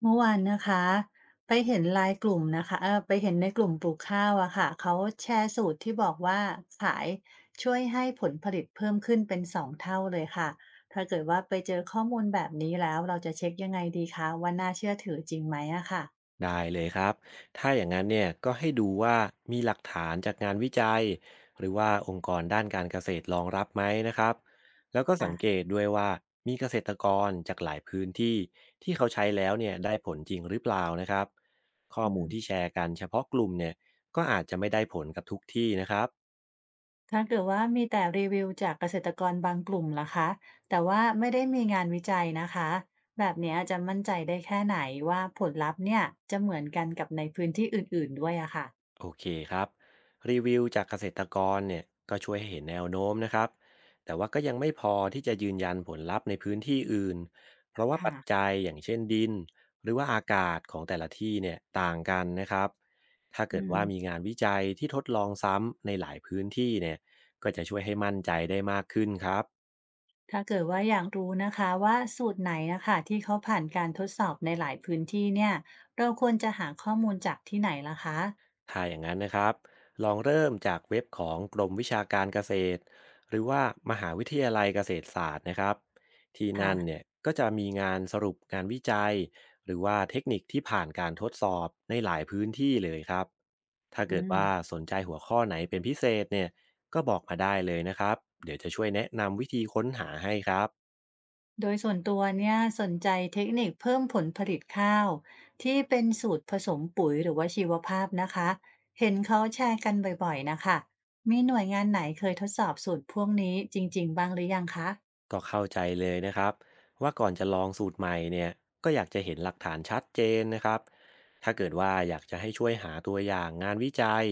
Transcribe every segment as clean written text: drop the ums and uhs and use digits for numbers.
เมื่อวานนะคะไปเห็นไลน์กลุ่มนะคะไปเห็นในกลุ่มปลูกข้าวอะค่ะเขาแชร์สูตรที่บอกว่าขายช่วยให้ผลผลิตเพิ่มขึ้นเป็นสองเท่าเลยค่ะถ้าเกิดว่าไปเจอข้อมูลแบบนี้แล้วเราจะเช็คยังไงดีคะว่าน่าเชื่อถือจริงไหมอะค่ะได้เลยครับ ถ้าอย่างนั้นเนี่ยก็ให้ดูว่ามีหลักฐานจากงานวิจัยหรือว่าองค์กรด้านการเกษตรรองรับไหมนะครับแล้วก็ค่ะสังเกตด้วยว่ามีเกษตรกรจากหลายพื้นที่ที่เขาใช้แล้วเนี่ยได้ผลจริงหรือเปล่านะครับข้ออืมูมลที่แชร์กันเฉพาะกลุ่มเนี่ยก็อาจจะไม่ได้ผลกับทุกที่นะครับ ถ้าเกิดว่ามีแต่รีวิวจากเกษตรกรบางกลุ่มล่ะคะแต่ว่าไม่ได้มีงานวิจัยนะคะแบบเนี้ยจะมั่นใจได้แค่ไหนว่าผลลัพธ์เนี่ยจะเหมือนกันกับในพื้นที่อื่นๆด้วยอะค่ะโอเคครับรีวิวจากเกษตรกรเนี่ยก็ช่วยให้เห็นแนวโน้มนะครับแต่ว่าก็ยังไม่พอที่จะยืนยันผลลัพธ์ในพื้นที่อื่นเพราะว่าปัจค่ะ จัยอย่างเช่นดินหรือว่าอากาศของแต่ละที่เนี่ยต่างกันนะครับถ้าอืเกิดมว่ามีงานวิจัยที่ทดลองซ้ำในหลายพื้นที่เนี่ยก็จะช่วยให้มั่นใจได้มากขึ้นครับ ถ้าเกิดว่าอยากรู้นะคะว่าสูตรไหนนะคะที่เขาผ่านการทดสอบในหลายพื้นที่เนี่ยเราควรจะหาข้อมูลจากที่ไหนล่ะคะถ้าอย่างนั้นนะครับลองเริ่มจากเว็บของกรมวิชาการเกษตรหรือว่ามหาวิทยาลัยเกษตรศาสตร์นะครับที่ค่ะนั่นเนี่ยก็จะมีงานสรุปงานวิจัยหรือว่าเทคนิคที่ผ่านการทดสอบในหลายพื้นที่เลยครับถ้าอืเกิดมว่าสนใจหัวข้อไหนเป็นพิเศษเนี่ยก็บอกมาได้เลยนะครับเดี๋ยวจะช่วยแนะนำวิธีค้นหาให้ครับ โดยส่วนตัวเนี่ยสนใจเทคนิคเพิ่มผลผลิตข้าวที่เป็นสูตรผสมปุ๋ยหรือว่าชีวภาพนะคะเห็นเขาแชร์กันบ่อยๆนะคะมีหน่วยงานไหนเคยทดสอบสูตรพวกนี้จริงๆบ้างหรือยังคะ ก็เข้าใจเลยนะครับว่าก่อนจะลองสูตรใหม่เนี่ยก็อยากจะเห็นหลักฐานชัดเจนนะครับถ้าเกิดว่าอยากจะให้ช่วยหาตัวอย่างงานวิจัย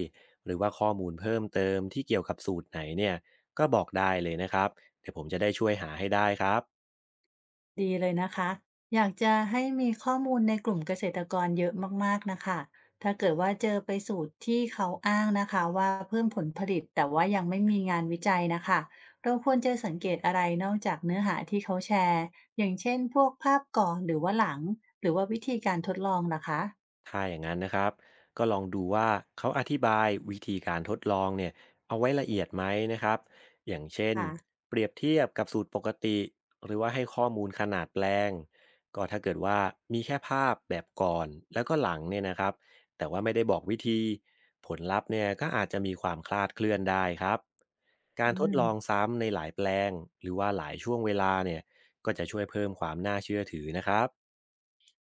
หรือว่าข้อมูลเพิ่มเติมที่เกี่ยวกับสูตรไหนเนี่ยก็บอกได้เลยนะครับเดี๋ยวผมจะได้ช่วยหาให้ได้ครับ ดีเลยนะคะ อยากจะให้มีข้อมูลในกลุ่มเกษตรกรเยอะมากๆนะคะ ถ้าเกิดว่าเจอไปสูตรที่เขาอ้างนะคะว่าเพิ่มผลผลิตแต่ว่ายังไม่มีงานวิจัยนะคะเราควรจะสังเกตอะไรนอกจากเนื้อหาที่เขาแชร์ อย่างเช่นพวกภาพก่อนหรือว่าหลังหรือว่าวิธีการทดลองล่ะคะถ้าอย่างนั้นนะครับก็ลองดูว่าเขาอธิบายวิธีการทดลองเนี่ยเอาไว้ละเอียดไหมนะครับอย่างเช่นค่ะเปรียบเทียบกับสูตรปกติหรือว่าให้ข้อมูลขนาดแปลงก็ถ้าเกิดว่ามีแค่ภาพแบบก่อนแล้วก็หลังเนี่ยนะครับแต่ว่าไม่ได้บอกวิธีผลลัพธ์เนี่ยก็อาจจะมีความคลาดเคลื่อนได้ครับกาอืรทดม ลองซ้ำในหลายแปลงหรือว่าหลายช่วงเวลาเนี่ยก็จะช่วยเพิ่มความน่าเชื่อถือนะครับ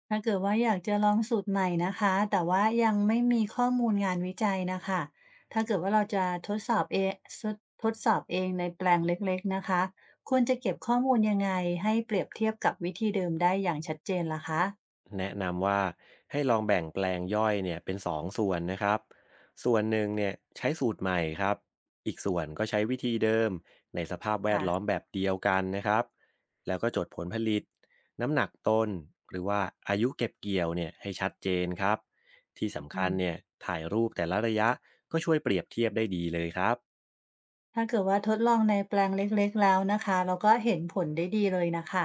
ถ้าเกิดว่าอยากจะลองสูตรใหม่นะคะแต่ว่ายังไม่มีข้อมูลงานวิจัยนะคะถ้าเกิดว่าเราจะทดสอบเองทดทดสอบเองในแปลงเล็กๆนะคะควรจะเก็บข้อมูลยังไงให้เปรียบเทียบกับวิธีเดิมได้อย่างชัดเจนล่ะคะแนะนำว่าให้ลองแบ่งแปลงย่อยเนี่ยเป็น2ส่วนนะครับส่วนหนึ่งเนี่ยใช้สูตรใหม่ครับอีกส่วนก็ใช้วิธีเดิมในสภาพแวดล้อมค่ะแบบเดียวกันนะครับแล้วก็จดผลผลิตน้ำหนักต้นหรือว่าอายุเก็บเกี่ยวเนี่ยให้ชัดเจนครับที่สำอืคัญเนี่มยถ่ายรูปแต่ละระยะก็ช่วยเปรียบเทียบได้ดีเลยครับ ถ้าเกิดว่าทดลองในแปลงเล็กๆแล้วนะคะเราก็เห็นผลได้ดีเลยนะคะ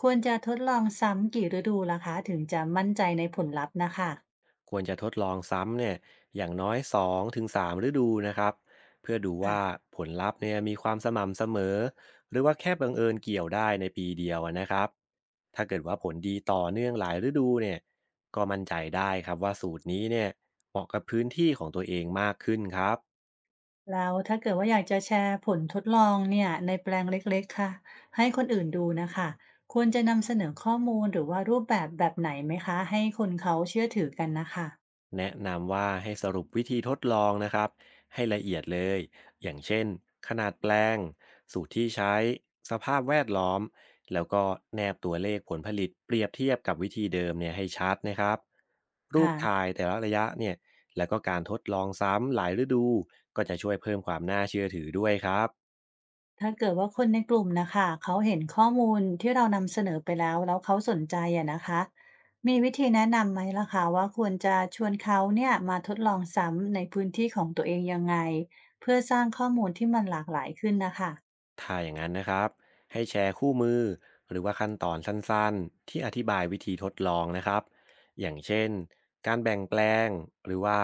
ควรจะทดลองซ้ำกี่ฤดูล่ะคะถึงจะมั่นใจในผลลัพธ์นะคะควรจะทดลองซ้ำเนี่ยอย่างน้อยสองถึงสามฤดูนะครับเพื่อดูค่ะ ว่าผลลัพธ์เนี่ยมีความสม่ำเสมอหรือว่าแค่บังเอิญเกี่ยวได้ในปีเดียวอะนะครับถ้าเกิดว่าผลดีต่อเนื่องหลายฤดูเนี่ยก็มั่นใจได้ครับว่าสูตรนี้เนี่ยเหมาะกับพื้นที่ของตัวเองมากขึ้นครับ แล้วถ้าเกิดว่าอยากจะแชร์ผลทดลองเนี่ยในแปลงเล็กๆค่ะให้คนอื่นดูนะคะควรจะนำเสนอข้อมูลหรือว่ารูปแบบแบบไหนไหมคะให้คนเขาเชื่อถือกันนะคะแนะนำว่าให้สรุปวิธีทดลองนะครับให้ละเอียดเลยอย่างเช่นขนาดแปลงสูตรที่ใช้สภาพแวดล้อมแล้วก็แนบตัวเลขผลผลิตเปรียบเทียบกับวิธีเดิมเนี่ยให้ชัดนะครับรูปค่ะถ่ายแต่ละระยะเนี่ยแล้วก็การทดลองซ้ำหลายฤดูก็จะช่วยเพิ่มความน่าเชื่อถือด้วยครับ ถ้าเกิดว่าคนในกลุ่มนะคะเขาเห็นข้อมูลที่เรานำเสนอไปแล้วแล้วเขาสนใจอะนะคะมีวิธีแนะนำไหมล่ะคะว่าควรจะชวนเขาเนี่ยมาทดลองซ้ำในพื้นที่ของตัวเองยังไงเพื่อสร้างข้อมูลที่มันหลากหลายขึ้นนะคะถ้าอย่างนั้นนะครับให้แชร์คู่มือหรือว่าขั้นตอนสั้นๆที่อธิบายวิธีทดลองนะครับอย่างเช่นการแบ่งแปลงหรือว่า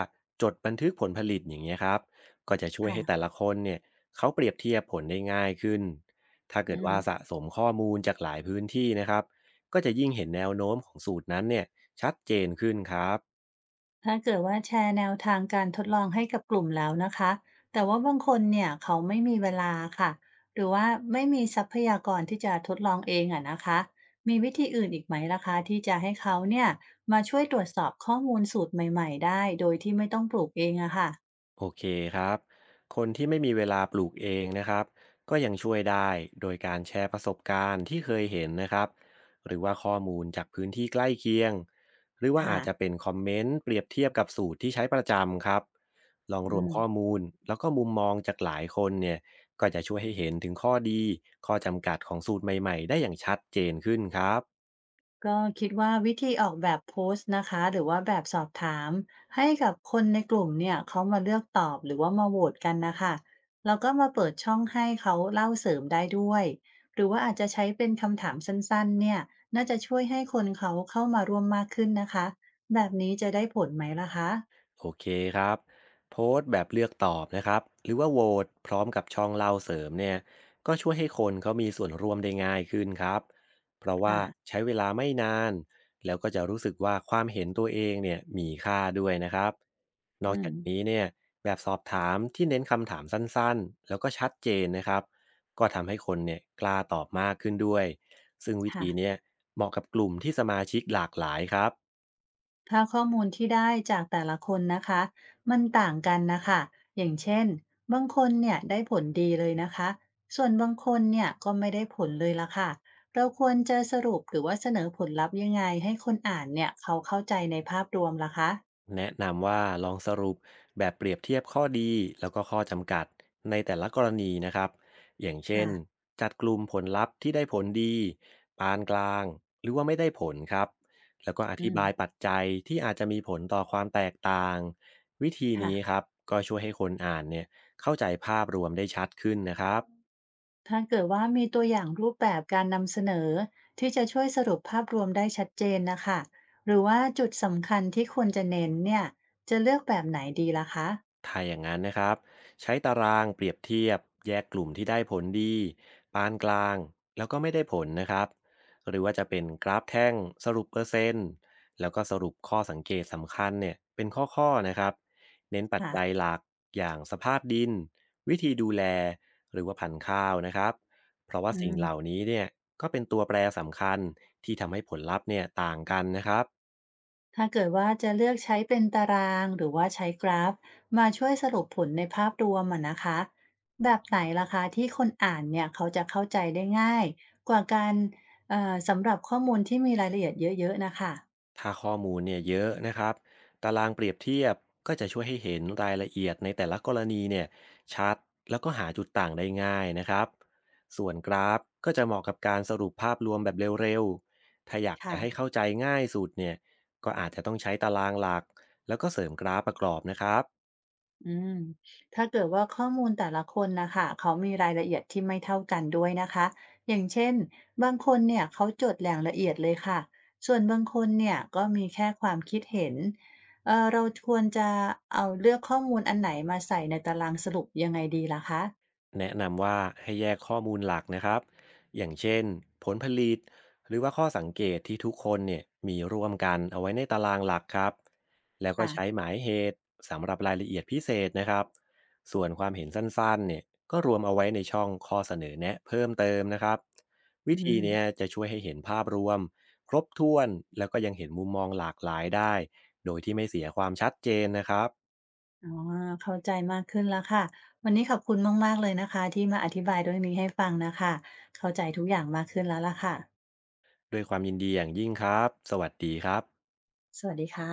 จดบันทึกผลผลิตอย่างเงี้ยครับก็จะช่วยให้แต่ค่ะละคนเนี่ยเขาเปรียบเทียบผลได้ง่ายขึ้นถ้าเกิอืดม ว่าสะสมข้อมูลจากหลายพื้นที่นะครับก็จะยิ่งเห็นแนวโน้มของสูตรนั้นเนี่ยชัดเจนขึ้นครับ ถ้าเกิดว่าแชร์แนวทางการทดลองให้กับกลุ่มแล้วนะคะ แต่ว่าบางคนเนี่ยเขาไม่มีเวลาค่ะ หรือว่าไม่มีทรัพยากรที่จะทดลองเองอะนะคะ มีวิธีอื่นอีกไหมล่ะคะที่จะให้เขาเนี่ยมาช่วยตรวจสอบข้อมูลสูตรใหม่ๆได้โดยที่ไม่ต้องปลูกเองอะค่ะโอเคครับ คนที่ไม่มีเวลาปลูกเองนะครับก็ยังช่วยได้โดยการแชร์ประสบการณ์ที่เคยเห็นนะครับหรือว่าข้อมูลจากพื้นที่ใกล้เคียงหรือว่าค่ะ อาจจะเป็นคอมเมนต์เปรียบเทียบกับสูตรที่ใช้ประจำครับลองอืรวมม ข้อมูลแล้วก็มุมมองจากหลายคนเนี่ยก็จะช่วยให้เห็นถึงข้อดีข้อจำกัดของสูตรใหม่ๆได้อย่างชัดเจนขึ้นครับ ก็คิดว่าวิธีออกแบบโพสต์นะคะหรือว่าแบบสอบถามให้กับคนในกลุ่มเนี่ยเขามาเลือกตอบหรือว่ามาโหวตกันนะคะแล้วก็มาเปิดช่องให้เขาเล่าเสริมได้ด้วยหรือว่าอาจจะใช้เป็นคำถามสั้นๆเนี่ยน่าจะช่วยให้คนเขาเข้ามาร่วมมากขึ้นนะคะแบบนี้จะได้ผลไหมล่ะคะโอเคครับโพสต์แบบเลือกตอบนะครับหรือว่าโหวตพร้อมกับช่องเล่าเสริมเนี่ยก็ช่วยให้คนเขามีส่วนร่วมได้ง่ายขึ้นครับเพราะว่าค่ะใช้เวลาไม่นานแล้วก็จะรู้สึกว่าความเห็นตัวเองเนี่ยมีค่าด้วยนะครับนอือกมจากนี้เนี่ยแบบสอบถามที่เน้นคำถามสั้นๆแล้วก็ชัดเจนนะครับก็ทำให้คนเนี่ยกล้าตอบมากขึ้นด้วยซึ่งวิค่ะ ธีเนี้ยเหมาะกับกลุ่มที่สมาชิกหลากหลายครับ ถ้าข้อมูลที่ได้จากแต่ละคนนะคะมันต่างกันนะคะอย่างเช่นบางคนเนี่ยได้ผลดีเลยนะคะส่วนบางคนเนี่ยก็ไม่ได้ผลเลยละค่ะเราควรจะสรุปหรือว่าเสนอผลลัพธ์ยังไงให้คนอ่านเนี่ยเขาเข้าใจในภาพรวมล่ะคะแนะนำว่าลองสรุปแบบเปรียบเทียบข้อดีแล้วก็ข้อจำกัดในแต่ละกรณีนะครับอย่างเช่ค่ะนจัดกลุ่มผลลัพธ์ที่ได้ผลดีปานกลางหรือว่าไม่ได้ผลครับแล้วก็ออืธิมบายปัจจัยที่อาจจะมีผลต่อความแตกต่างวิธีค่ะนี้ครับก็ช่วยให้คนอ่านเนี่ยเข้าใจภาพรวมได้ชัดขึ้นนะครับ ถ้าเกิดว่ามีตัวอย่างรูปแบบการนำเสนอที่จะช่วยสรุปภาพรวมได้ชัดเจนนะคะหรือว่าจุดสำคัญที่ควรจะเน้นเนี่ยจะเลือกแบบไหนดีล่ะคะถ้าอย่างนั้นนะครับใช้ตารางเปรียบเทียบแยกกลุ่มที่ได้ผลดีปานกลางแล้วก็ไม่ได้ผลนะครับหรือว่าจะเป็นกราฟแท่งสรุปเปอร์เซ็นต์แล้วก็สรุปข้อสังเกตสำคัญเนี่ยเป็นข้อๆนะครับเน้นปัจค่ะจัยหลักอย่างสภาพดินวิธีดูแลหรือว่าพันธุ์ข้าวนะครับเพราะว่าอืสิ่งเหล่าม นี้เนี่ยก็เป็นตัวแปรสำคัญที่ทำให้ผลลัพธ์เนี่ยต่างกันนะครับ ถ้าเกิดว่าจะเลือกใช้เป็นตารางหรือว่าใช้กราฟมาช่วยสรุปผลในภาพรวมอะนะคะแบบไหนล่ะคะที่คนอ่านเนี่ยเขาจะเข้าใจได้ง่ายกว่าการสำหรับข้อมูลที่มีรายละเอียดเยอะๆนะคะถ้าข้อมูลเนี่ยเยอะนะครับตารางเปรียบเทียบก็จะช่วยให้เห็นรายละเอียดในแต่ละกรณีเนี่ยชัดแล้วก็หาจุดต่างได้ง่ายนะครับส่วนกราฟก็จะเหมาะกับการสรุปภาพรวมแบบเร็วๆ ถ้าอยากจะค่ะ ให้เข้าใจง่ายสุดเนี่ยก็อาจจะต้องใช้ตารางหลักแล้วก็เสริมกราฟประกอบนะครับ อืมถ้าเกิดว่าข้อมูลแต่ละคนนะคะเขามีรายละเอียดที่ไม่เท่ากันด้วยนะคะอย่างเช่นบางคนเนี่ยเขาจดอย่างละเอียดเลยค่ะส่วนบางคนเนี่ยก็มีแค่ความคิดเห็นเออเราควรจะเลือกข้อมูลอันไหนมาใส่ในตารางสรุปยังไงดีล่ะคะแนะนำว่าให้แยกข้อมูลหลักนะครับอย่างเช่นผลผลิตหรือว่าข้อสังเกตที่ทุกคนเนี่ยมีร่วมกันเอาไว้ในตารางหลักครับแล้วก็ค่ะใช้หมายเหตุสำหรับรายละเอียดพิเศษนะครับส่วนความเห็นสั้นๆเนี่ยก็รวมเอาไว้ในช่องข้อเสนอแนะเพิ่มเติมนะครับวิอืธีมเนี้ยจะช่วยให้เห็นภาพรวมครบถ้วนแล้วก็ยังเห็นมุมมองหลากหลายได้โดยที่ไม่เสียความชัดเจนนะครับอ๋อเข้าใจมากขึ้นแล้วค่ะวันนี้ขอบคุณมากๆเลยนะคะที่มาอธิบายเรื่องนี้ให้ฟังนะคะเข้าใจทุกอย่างมากขึ้นแล้วล่ะค่ะด้วยความยินดีอย่างยิ่งครับสวัสดีครับสวัสดีค่ะ